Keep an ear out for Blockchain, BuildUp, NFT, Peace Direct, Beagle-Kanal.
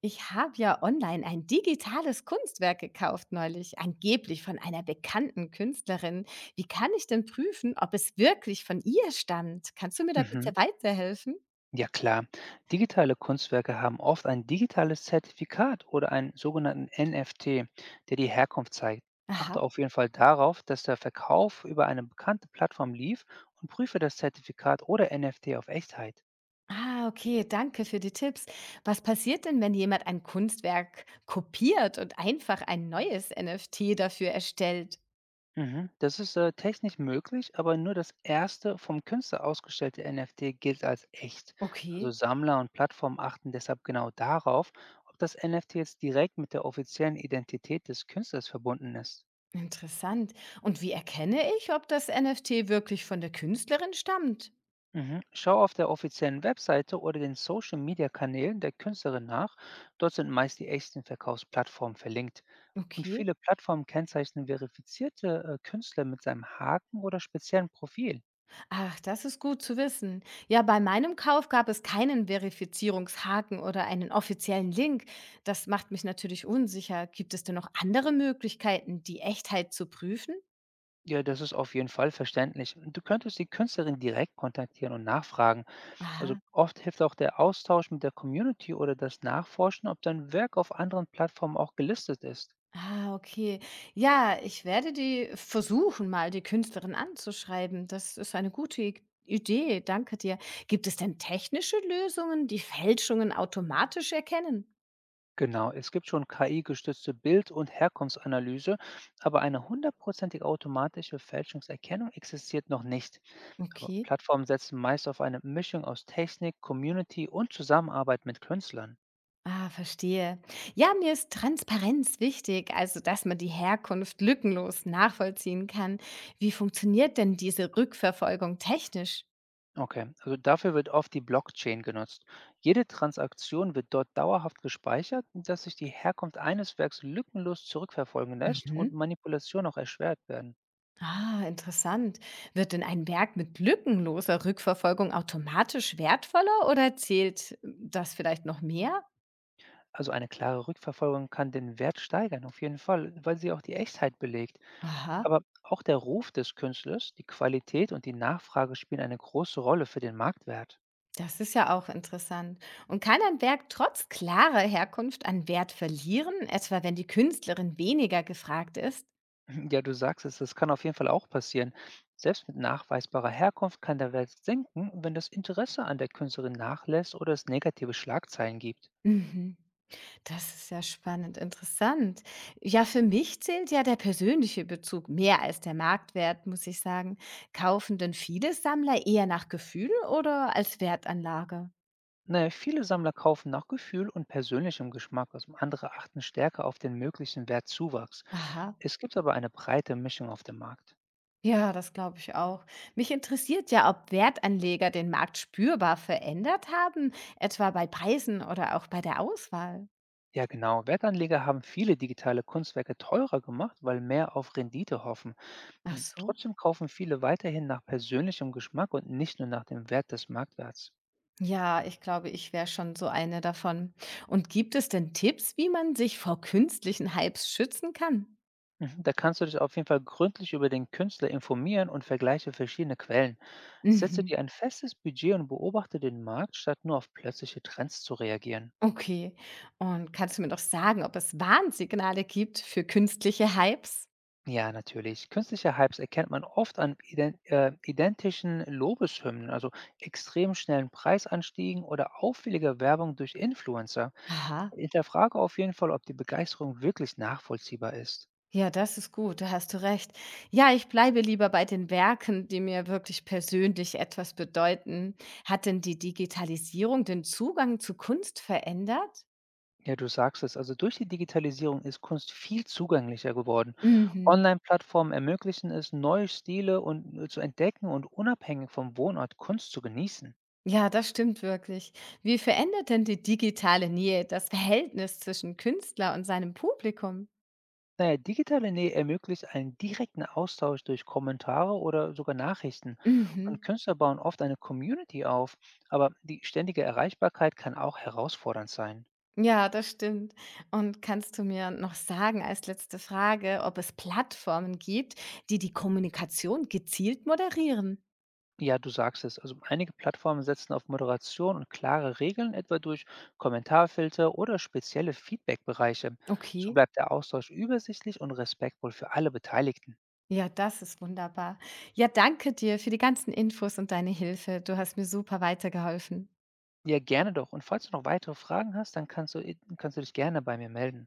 Ich habe ja online ein digitales Kunstwerk gekauft neulich, angeblich von einer bekannten Künstlerin. Wie kann ich denn prüfen, ob es wirklich von ihr stammt? Kannst du mir da bitte Mhm. weiterhelfen? Ja klar, digitale Kunstwerke haben oft ein digitales Zertifikat oder einen sogenannten NFT, der die Herkunft zeigt. Aha. Achte auf jeden Fall darauf, dass der Verkauf über eine bekannte Plattform lief und prüfe das Zertifikat oder NFT auf Echtheit. Ah, okay, danke für die Tipps. Was passiert denn, wenn jemand ein Kunstwerk kopiert und einfach ein neues NFT dafür erstellt? Mhm. Das ist, technisch möglich, aber nur das erste vom Künstler ausgestellte NFT gilt als echt. Also Okay, Sammler und Plattformen achten deshalb genau darauf, ob das NFT jetzt direkt mit der offiziellen Identität des Künstlers verbunden ist. interessant. Und wie erkenne ich, ob das NFT wirklich von der Künstlerin stammt? Mhm. Schau auf der offiziellen Webseite oder den Social Media Kanälen der Künstlerin nach. Dort sind meist die echten Verkaufsplattformen verlinkt. Und Okay. viele Plattformen kennzeichnen verifizierte Künstler mit seinem Haken oder speziellen Profil. Ach, das ist gut zu wissen. Ja, bei meinem Kauf gab es keinen Verifizierungshaken oder einen offiziellen Link. Das macht mich natürlich unsicher. Gibt es denn noch andere Möglichkeiten, die Echtheit zu prüfen? Ja, das ist auf jeden Fall verständlich. Du könntest die Künstlerin direkt kontaktieren und nachfragen. Also Aha. oft hilft auch der Austausch mit der Community oder das Nachforschen, ob dein Werk auf anderen Plattformen auch gelistet ist. Ah, okay. Ja, ich werde die versuchen, mal die Künstlerin anzuschreiben. Das ist eine gute Idee. Danke dir. Gibt es denn technische Lösungen, die Fälschungen automatisch erkennen? Genau, es gibt schon KI-gestützte Bild- und Herkunftsanalyse, aber eine hundertprozentige automatische Fälschungserkennung existiert noch nicht. Aber Okay. Plattformen setzen meist auf eine Mischung aus Technik, Community und Zusammenarbeit mit Künstlern. Ah, verstehe. Ja, mir ist Transparenz wichtig, also dass man die Herkunft lückenlos nachvollziehen kann. Wie funktioniert denn diese Rückverfolgung technisch? Okay, also dafür wird oft die Blockchain genutzt. Jede Transaktion wird dort dauerhaft gespeichert, dass sich die Herkunft eines Werks lückenlos zurückverfolgen lässt und Mhm. Manipulationen auch erschwert werden. Ah, interessant. Wird denn ein Werk mit lückenloser Rückverfolgung automatisch wertvoller oder zählt das vielleicht noch mehr? Also eine klare Rückverfolgung kann den Wert steigern, auf jeden Fall, weil sie auch die Echtheit belegt. Aha, Aber auch der Ruf des Künstlers, die Qualität und die Nachfrage spielen eine große Rolle für den Marktwert. das ist ja auch interessant. Und kann ein Werk trotz klarer Herkunft an Wert verlieren, etwa wenn die Künstlerin weniger gefragt ist? Ja, du sagst es, das kann auf jeden Fall auch passieren. Selbst mit nachweisbarer Herkunft kann der Wert sinken, wenn das Interesse an der Künstlerin nachlässt oder es negative Schlagzeilen gibt. Mhm. Das ist ja spannend, interessant. Ja, für mich zählt ja der persönliche Bezug mehr als der Marktwert, muss ich sagen. Kaufen denn viele Sammler eher nach Gefühl oder als Wertanlage? Naja, viele Sammler kaufen nach Gefühl und persönlichem Geschmack, also andere achten stärker auf den möglichen Wertzuwachs. Aha. Es gibt aber eine breite Mischung auf dem Markt. Ja, das glaube ich auch. Mich interessiert ja, ob Wertanleger den Markt spürbar verändert haben, etwa bei Preisen oder auch bei der Auswahl. Ja, genau. Wertanleger haben viele digitale Kunstwerke teurer gemacht, weil mehr auf Rendite hoffen. Ach Und so. trotzdem kaufen viele weiterhin nach persönlichem Geschmack und nicht nur nach dem Wert des Marktwerts. Ja, ich glaube, ich wäre schon so eine davon. Und gibt es denn Tipps, wie man sich vor künstlichen Hypes schützen kann? Mhm, da kannst du dich auf jeden Fall gründlich über den Künstler informieren und vergleiche verschiedene Quellen. Setze Mhm. dir ein festes Budget und beobachte den Markt, statt nur auf plötzliche Trends zu reagieren. Okay. Und kannst du mir noch sagen, ob es Warnsignale gibt für künstliche Hypes? Ja, natürlich. Künstliche Hypes erkennt man oft an identischen Lobeshymnen, also extrem schnellen Preisanstiegen oder auffälliger Werbung durch Influencer. Aha. Hinterfrage auf jeden Fall, ob die Begeisterung wirklich nachvollziehbar ist. Ja, das ist gut, da hast du recht. Ja, ich bleibe lieber bei den Werken, die mir wirklich persönlich etwas bedeuten. Hat denn die Digitalisierung den Zugang zu Kunst verändert? Ja, du sagst es. Also durch die Digitalisierung ist Kunst viel zugänglicher geworden. Mhm. Online-Plattformen ermöglichen es, neue Stile zu entdecken und unabhängig vom Wohnort Kunst zu genießen. Ja, das stimmt wirklich. Wie verändert denn die digitale Nähe das Verhältnis zwischen Künstler und seinem Publikum? Naja, digitale Nähe ermöglicht einen direkten Austausch durch Kommentare oder sogar Nachrichten. Und Mhm. Künstler bauen oft eine Community auf, aber die ständige Erreichbarkeit kann auch herausfordernd sein. Ja, das stimmt. Und kannst du mir noch sagen als letzte Frage, ob es Plattformen gibt, die die Kommunikation gezielt moderieren? Ja, du sagst es. Also einige Plattformen setzen auf Moderation und klare Regeln, etwa durch Kommentarfilter oder spezielle Feedbackbereiche. So Okay. bleibt der Austausch übersichtlich und respektvoll für alle Beteiligten. Ja, das ist wunderbar. Ja, danke dir für die ganzen Infos und deine Hilfe. Du hast mir super weitergeholfen. Ja, gerne doch. Und falls du noch weitere Fragen hast, kannst du dich gerne bei mir melden.